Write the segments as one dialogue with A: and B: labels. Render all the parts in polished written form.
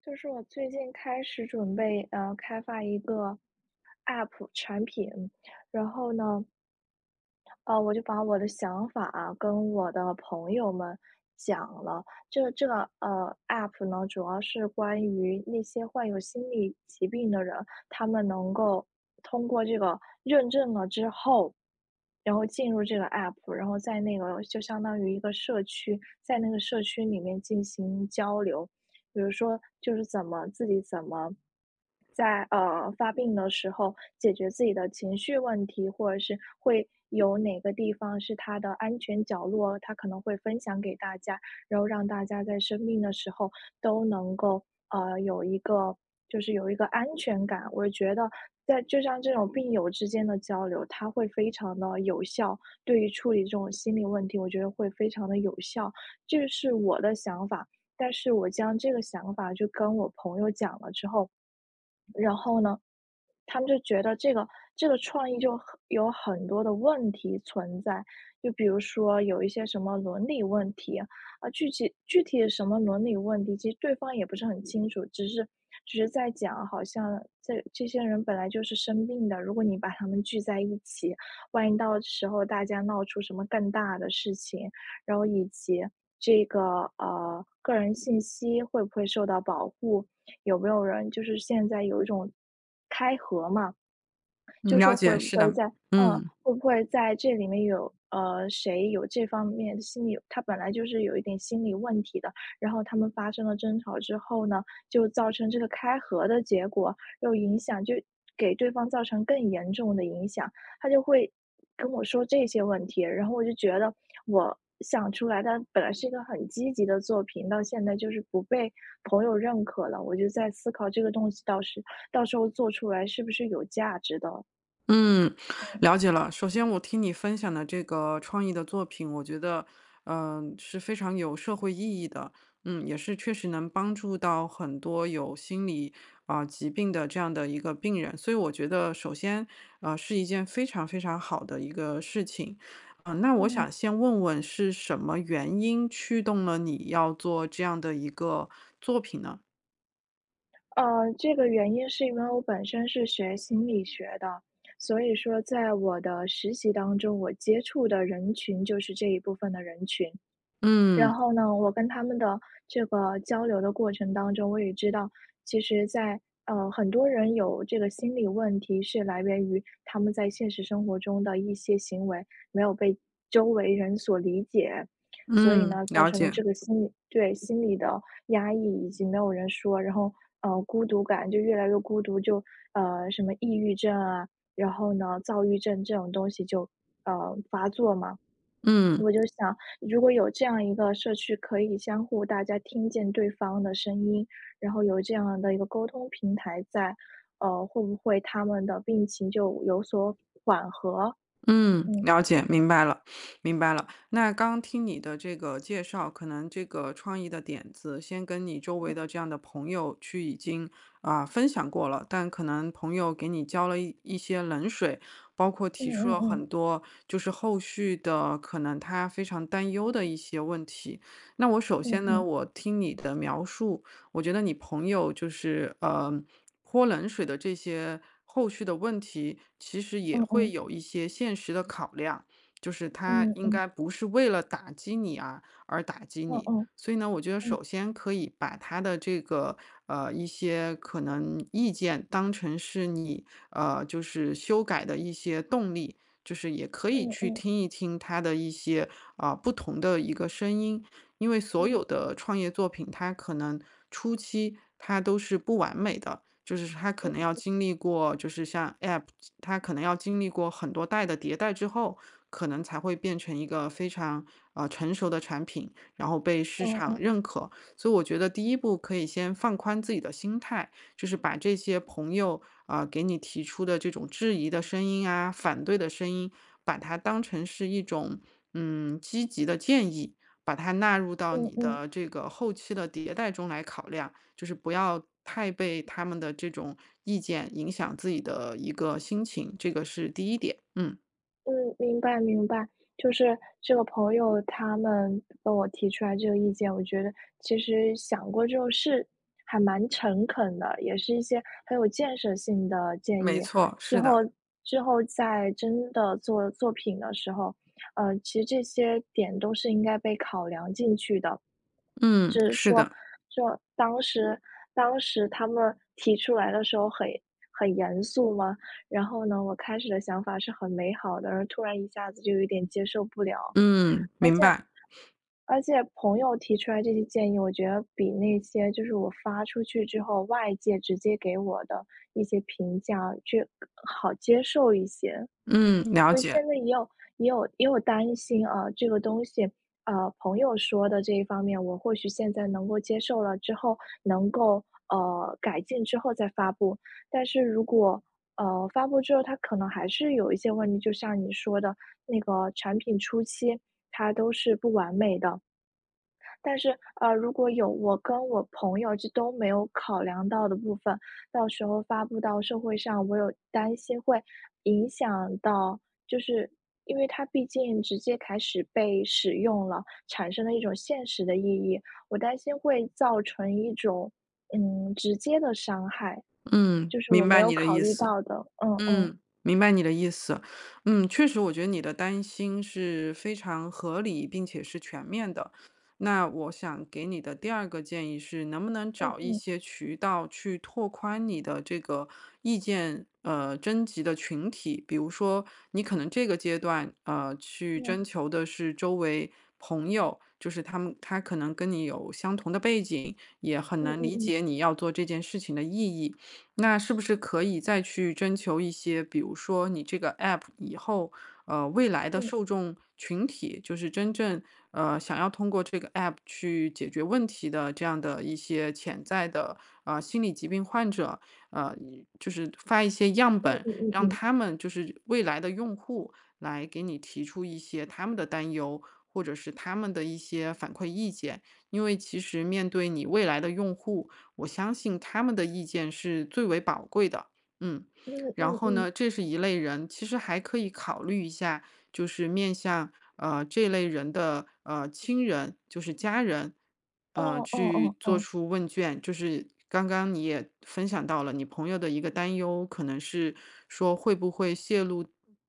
A: 就是我最近开始准备开发一个 app 产品，然后呢，我就把我的想法啊跟我的朋友们讲了。这个 app 呢，主要是关于那些患有心理疾病的人，他们能够通过这个认证了之后。然后进入这个 app，然后在那个就相当于一个社区，在那个社区里面进行交流，比如说就是怎么自己怎么在发病的时候解决自己的情绪问题，或者是会有哪个地方是他的安全角落，他可能会分享给大家，然后让大家在生病的时候都能够呃有一个有一个安全感。我觉得在就像这种病友之间的交流，它会非常的有效，对于处理这种心理问题，我觉得会非常的有效。这是我的想法。但是我将这个想法就跟我朋友讲了之后，然后呢，他们就觉得这个创意就有很多的问题存在，就比如说有一些什么伦理问题啊，具体是什么伦理问题，其实对方也不是很清楚，只是在讲，好像这些人本来就是生病的，如果你把他们聚在一起，万一到时候大家闹出什么更大的事情，然后以及这个个人信息会不会受到保护，有没有人就是现在有一种开合嘛，就
B: 嗯，
A: 是
B: 了
A: 说会
B: 解，
A: 不
B: 是
A: 会
B: 的。
A: 在嗯，
B: 嗯
A: 会不会在这里面有谁有这方面的心理，他本来就是有一点心理问题的，然后他们发生了争吵之后呢，就造成这个开合的结果，又影响就给对方造成更严重的影响，他就会跟我说这些问题，然后我就觉得我。想出来，的本来是一个很积极的作品，到现在就是不被朋友认可了。我就在思考这个东西到时候做出来是不是有价值的。
B: 嗯，了解了。首先，我听你分享的这个创意的作品，我觉得，是非常有社会意义的，嗯，也是确实能帮助到很多有心理疾病的这样的一个病人。所以，我觉得，首先，是一件非常非常好的一个事情。嗯，那我
A: 嗯，
B: 想先问问，是什么原因驱动了你要做这样的一个作品呢？
A: 这个原因是因为我本身是学心理学的，所以说在我的实习当中，我接触的人群就是这一部分的人群。然
B: 嗯
A: 后呢，我跟他们的这个交流的过程当中，我也知道，其实在，很多人有这个心理问题是来源于他们在现实生活中的一些行为没有被周围人所理解，所以
B: 嗯，
A: 呢，造
B: 了
A: 成了
B: 解。
A: 这个心理对心理的压抑，以及没有人说，然后孤独感就越来越孤独，就什么抑郁症啊，然后呢，躁郁症这种东西就发作嘛。
B: 嗯。
A: 我就想，如果有这样一个社区可以相互大家听见对方的声音，然后有这样的一个沟通平台在，会不会他们的病情就有所
B: 嗯，
A: 嗯，
B: 了解，明白了，明白了。那刚听你的这个介绍，可能这个创意的点子，先跟你周围的这样的朋友去已经分享过了，但可能朋友给你浇了一些冷水，包括
A: 嗯
B: 提出
A: 嗯
B: 了
A: 嗯，
B: 很多就是后续的可能他非常担忧的一些问题。那我首
A: 嗯
B: 先呢，
A: 嗯，
B: 我听你的描述，我觉得你朋友就是泼冷水的这些后续的问题，其实
A: 嗯
B: 也会
A: 嗯，
B: 有一些现实的考量，就是他
A: 嗯
B: 应
A: 嗯，
B: 该不是为了打击你啊而打击
A: 嗯
B: 你。
A: 嗯，
B: 所以呢，我觉得
A: 嗯
B: 首先可以把他的这个一些可能意见当成是你就是修改的一些动力，就是也可以
A: 嗯，
B: 去
A: 嗯嗯，
B: 听一听他的一些不同的一个声音，因为所有的创业作品，它可能初期它都是不完美的，就是它可能要经历过，就是像 App，它可能要经历过很多代的迭代之后，可能才会变成一个非常成熟的产品，然后被市
A: 嗯
B: 场
A: 嗯，
B: 认可。所以我觉得第一步可以先放宽自己的心态，就是把这些朋友啊、给你提出的这种质疑的声音啊、反对的声音，把它当成是一种积极的建议，把它纳入到
A: 嗯
B: 你
A: 嗯。
B: 的这个后期的迭代中来考量，就是不要太被他们的这种意见影响自己的一个心情，这个是第一点。嗯。
A: 嗯，明白，就是这个朋友他们跟我提出来这个意见，我觉得其实想过之后是还蛮诚恳的，也是一些很有建设性的建
B: 没
A: 议。
B: 错，
A: 之
B: 是
A: 后
B: 的。
A: 之后在真的做作品的时候，其实这些点都是应该被考量进去的。
B: 嗯，
A: 就是
B: 是
A: 说
B: 的。
A: 就当时当时他们提出来的时候很严肃嘛，然后呢，我开始的想法是很美好的，然后突然一下子就有点接受不了。
B: 嗯，
A: 而且
B: 明白。
A: 而且朋友提出来这些建议，我觉得比那些就是我发出去之后，外界直接给我的一些评价，就好接受一些。
B: 嗯，了
A: 所以现
B: 解。
A: 在也有担心啊，这个东西，朋友说的这一方面，我或许现在能够接受了，之后能够改进之后再发布。但是如果发布之后，它可能还是有一些问题，就像你说的那个产品初期，它都是不完美的，但是，如果有我跟我朋友这都没有考量到的部分，到时候发布到社会上，我有担心会影响到，就是因为它毕竟直接开始被使用了，产生了一种现实的意义，我担心会造成一种，嗯，直接的伤害，
B: 嗯，
A: 就是我
B: 明
A: 没
B: 白
A: 有
B: 你的
A: 考
B: 意
A: 虑
B: 思。
A: 到的，嗯嗯
B: 嗯，明白你的意思。嗯，确实，我觉得你的担心是非常合理，并且是全面的。那我想给你的第二个建议是，能不能
A: 嗯
B: 找一
A: 嗯
B: 些渠道去拓宽你的这个意见征集的群体？比如说，你可能这个阶段去征求的是周围朋友，就是他们他可能跟你有相同的背景，也很
A: 嗯
B: 能
A: 嗯
B: 理解
A: 嗯
B: 你要做这件事情的意义。那是不是可以再去征求一些，比如说你这个 app 以后，呃，未来的
A: 嗯嗯
B: 受众群体，就是真正想要通过这个 app 去解决问题的这样的一些潜在的心理疾病患者，呃，就是发一些样
A: 嗯
B: 本，
A: 嗯
B: 让
A: 嗯
B: 他们就是未来的用户来给你提出一些他们的担忧。或者是他们的一些反馈意见，因为其实面对你未来的用户，我相信他们的意见是最为宝贵的。嗯。
A: 嗯
B: 然
A: 嗯嗯
B: 后
A: 嗯，
B: 呢，这是一类人，其实还可以考虑一下，就是面向这类人的亲人，就是家人，
A: 哦哦
B: 去
A: 哦
B: 做
A: 哦，
B: 出问卷。就是刚刚你也分享到了，你朋友的一个担忧，可能是说会不会泄露，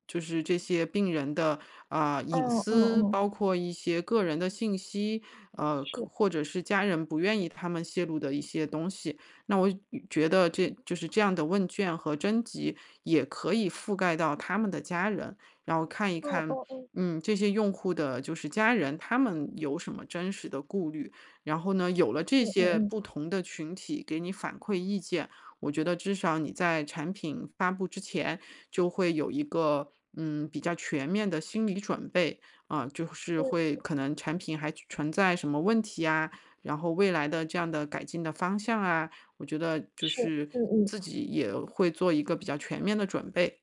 B: 就是这些病人的隐
A: 嗯嗯
B: 私，
A: 嗯，
B: 包括一些个人的信息，
A: 是。
B: 或者是家人不愿意他们泄露的一些东西。那我觉得这就是这样的问卷和征集也可以覆盖到他们的家人，然后看一
A: 哦
B: 看，
A: 哦哦，
B: 嗯，这些用户的就是家人，他们有什么真实的顾虑。然后呢，有了这
A: 嗯嗯
B: 些
A: 嗯，
B: 不同的群体给你反馈意见，我觉得至少你在产品发布之前就会有一个。嗯，比较全面的心理准备啊，就是
A: 嗯，
B: 会可能产品还存在什么问题啊，然后未来的这样的改进的方向啊，我觉得就
A: 是，
B: 是
A: 嗯嗯，
B: 自己也会做一个比较全面的准备。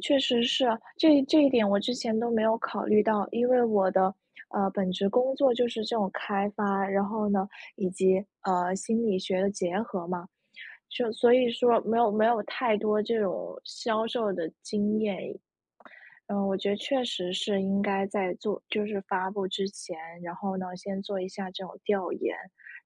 A: 确实是啊这这一点我之前都没有考虑到，因为我的本职工作就是这种开发，然后呢，以及心理学的结合嘛，就所以说没有太多这种销售的经验，嗯，我觉得确实是应该在做就是发布之前，然后呢，先做一下这种调研，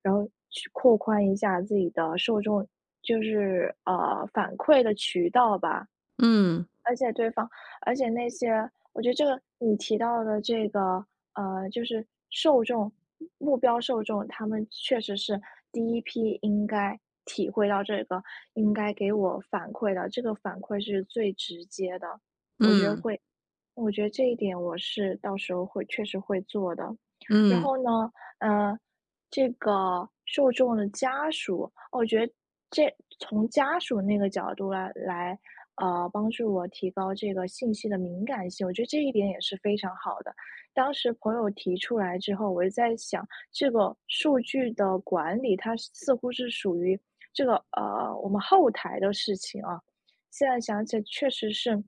A: 然后去扩宽一下自己的受众，就是反馈的渠道吧。
B: 嗯，
A: 而且对方而且那些我觉得这个你提到的这个，就是目标受众，他们确实是第一批应该体会到这个，应该给我反馈的，这个反馈是最直接的，我觉得
B: 嗯，
A: 会我觉得这一点我是到时候会确实会做的。然
B: 嗯，
A: 后呢，呃，这个受众的家属，我觉得这从家属那个角度来，帮助我提高这个信息的敏感性，我觉得这一点也是非常好的。当时朋友提出来之后，我就在想，这个数据的管理，它似乎是属于这个我们后台的事情啊，现在想起来确实是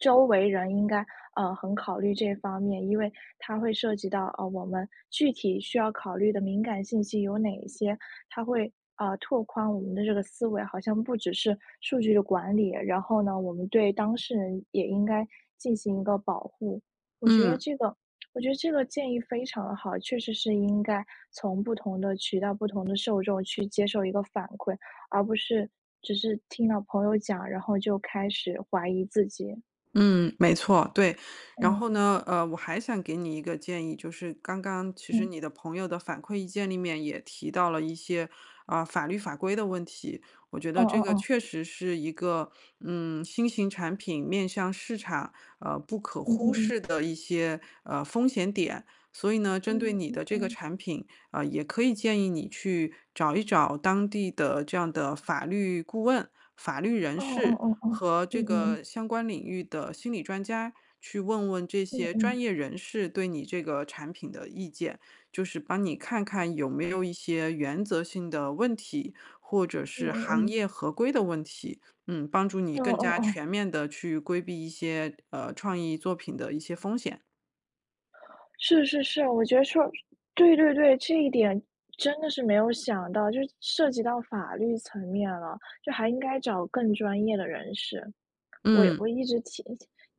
A: 周围人应该，很考虑这方面，因为它会涉及到，我们具体需要考虑的敏感信息有哪一些，它会，拓宽我们的这个思维，好像不只是数据的管理，然后呢，我们对当事人也应该进行一个保护。我觉得
B: 嗯。
A: 这个我觉得这个建议非常的好，确实是应该从不同的渠道、不同的受众去接受一个反馈，而不是只是听到朋友讲，然后就开始怀疑自己。
B: 嗯，没错，对。然
A: 嗯，
B: 后呢，呃，我还想给你一个建议，就是刚刚其实
A: 嗯
B: 你的朋友的反馈意见里面也提到了一些法律法规的问题，我觉
A: 哦
B: 得这
A: 哦
B: 个
A: 哦，
B: 确实是一个新型产品面向市场不可
A: 嗯
B: 忽
A: 嗯
B: 视
A: 嗯
B: 的一些风险点。所以呢，针对
A: 嗯
B: 你
A: 嗯
B: 的这个
A: 嗯，
B: 产品，呃，也可以建议你去找一找当地的这样的法律顾问、法律人
A: 嗯嗯嗯，
B: 士。
A: 嗯哦哦哦，
B: 和
A: 嗯
B: 这
A: 嗯
B: 个相关领域的心理专家去问问这
A: 嗯
B: 些
A: 嗯
B: 专业人士对你这个产品的意见，就是帮你看看有没有一些原则性的问题，或者
A: 嗯
B: 是行
A: 嗯
B: 业合规的问题，嗯，帮助你
A: 嗯，哦
B: 更
A: 哦
B: 加
A: 哦，
B: 全面的去规避一些创意作品的一些风险。
A: 是是是，我觉得说对对对，这一点真的是没有想到，就是涉及到法律层面了，就还应该找更专业的人士。我
B: 嗯
A: 我一直停，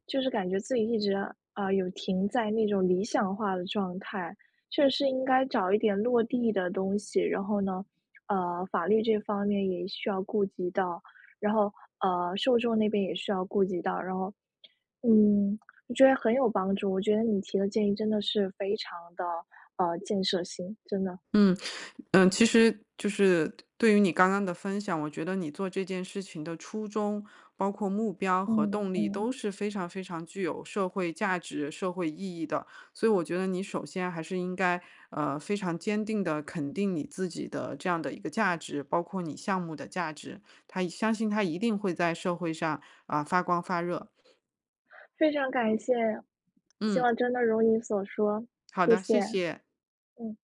A: 就是感觉自己一直啊、有停在那种理想化的状态，确实是应该找一点落地的东西。然后呢，法律这方面也需要顾及到，然后受众那边也需要顾及到，然后嗯，我觉得很有帮助。我觉得你提的建议真的是非常的建设性，真的，
B: 嗯。嗯，其实就是对于你刚刚的分享，我觉得你做这件事情的初衷，包括目标和
A: 嗯
B: 动力
A: 嗯，
B: 都是非常非常具有社会价值、社会意义的。所以我觉得你首先还是应该，呃，非常坚定的肯定你自己的这样的一个价值，包括你项目的价值，他相信他一定会在社会上啊，发光发热。
A: 非常感谢，希
B: 嗯，
A: 望真的如你所说，
B: 好
A: 谢
B: 的，
A: 谢，
B: 谢谢。
A: 嗯。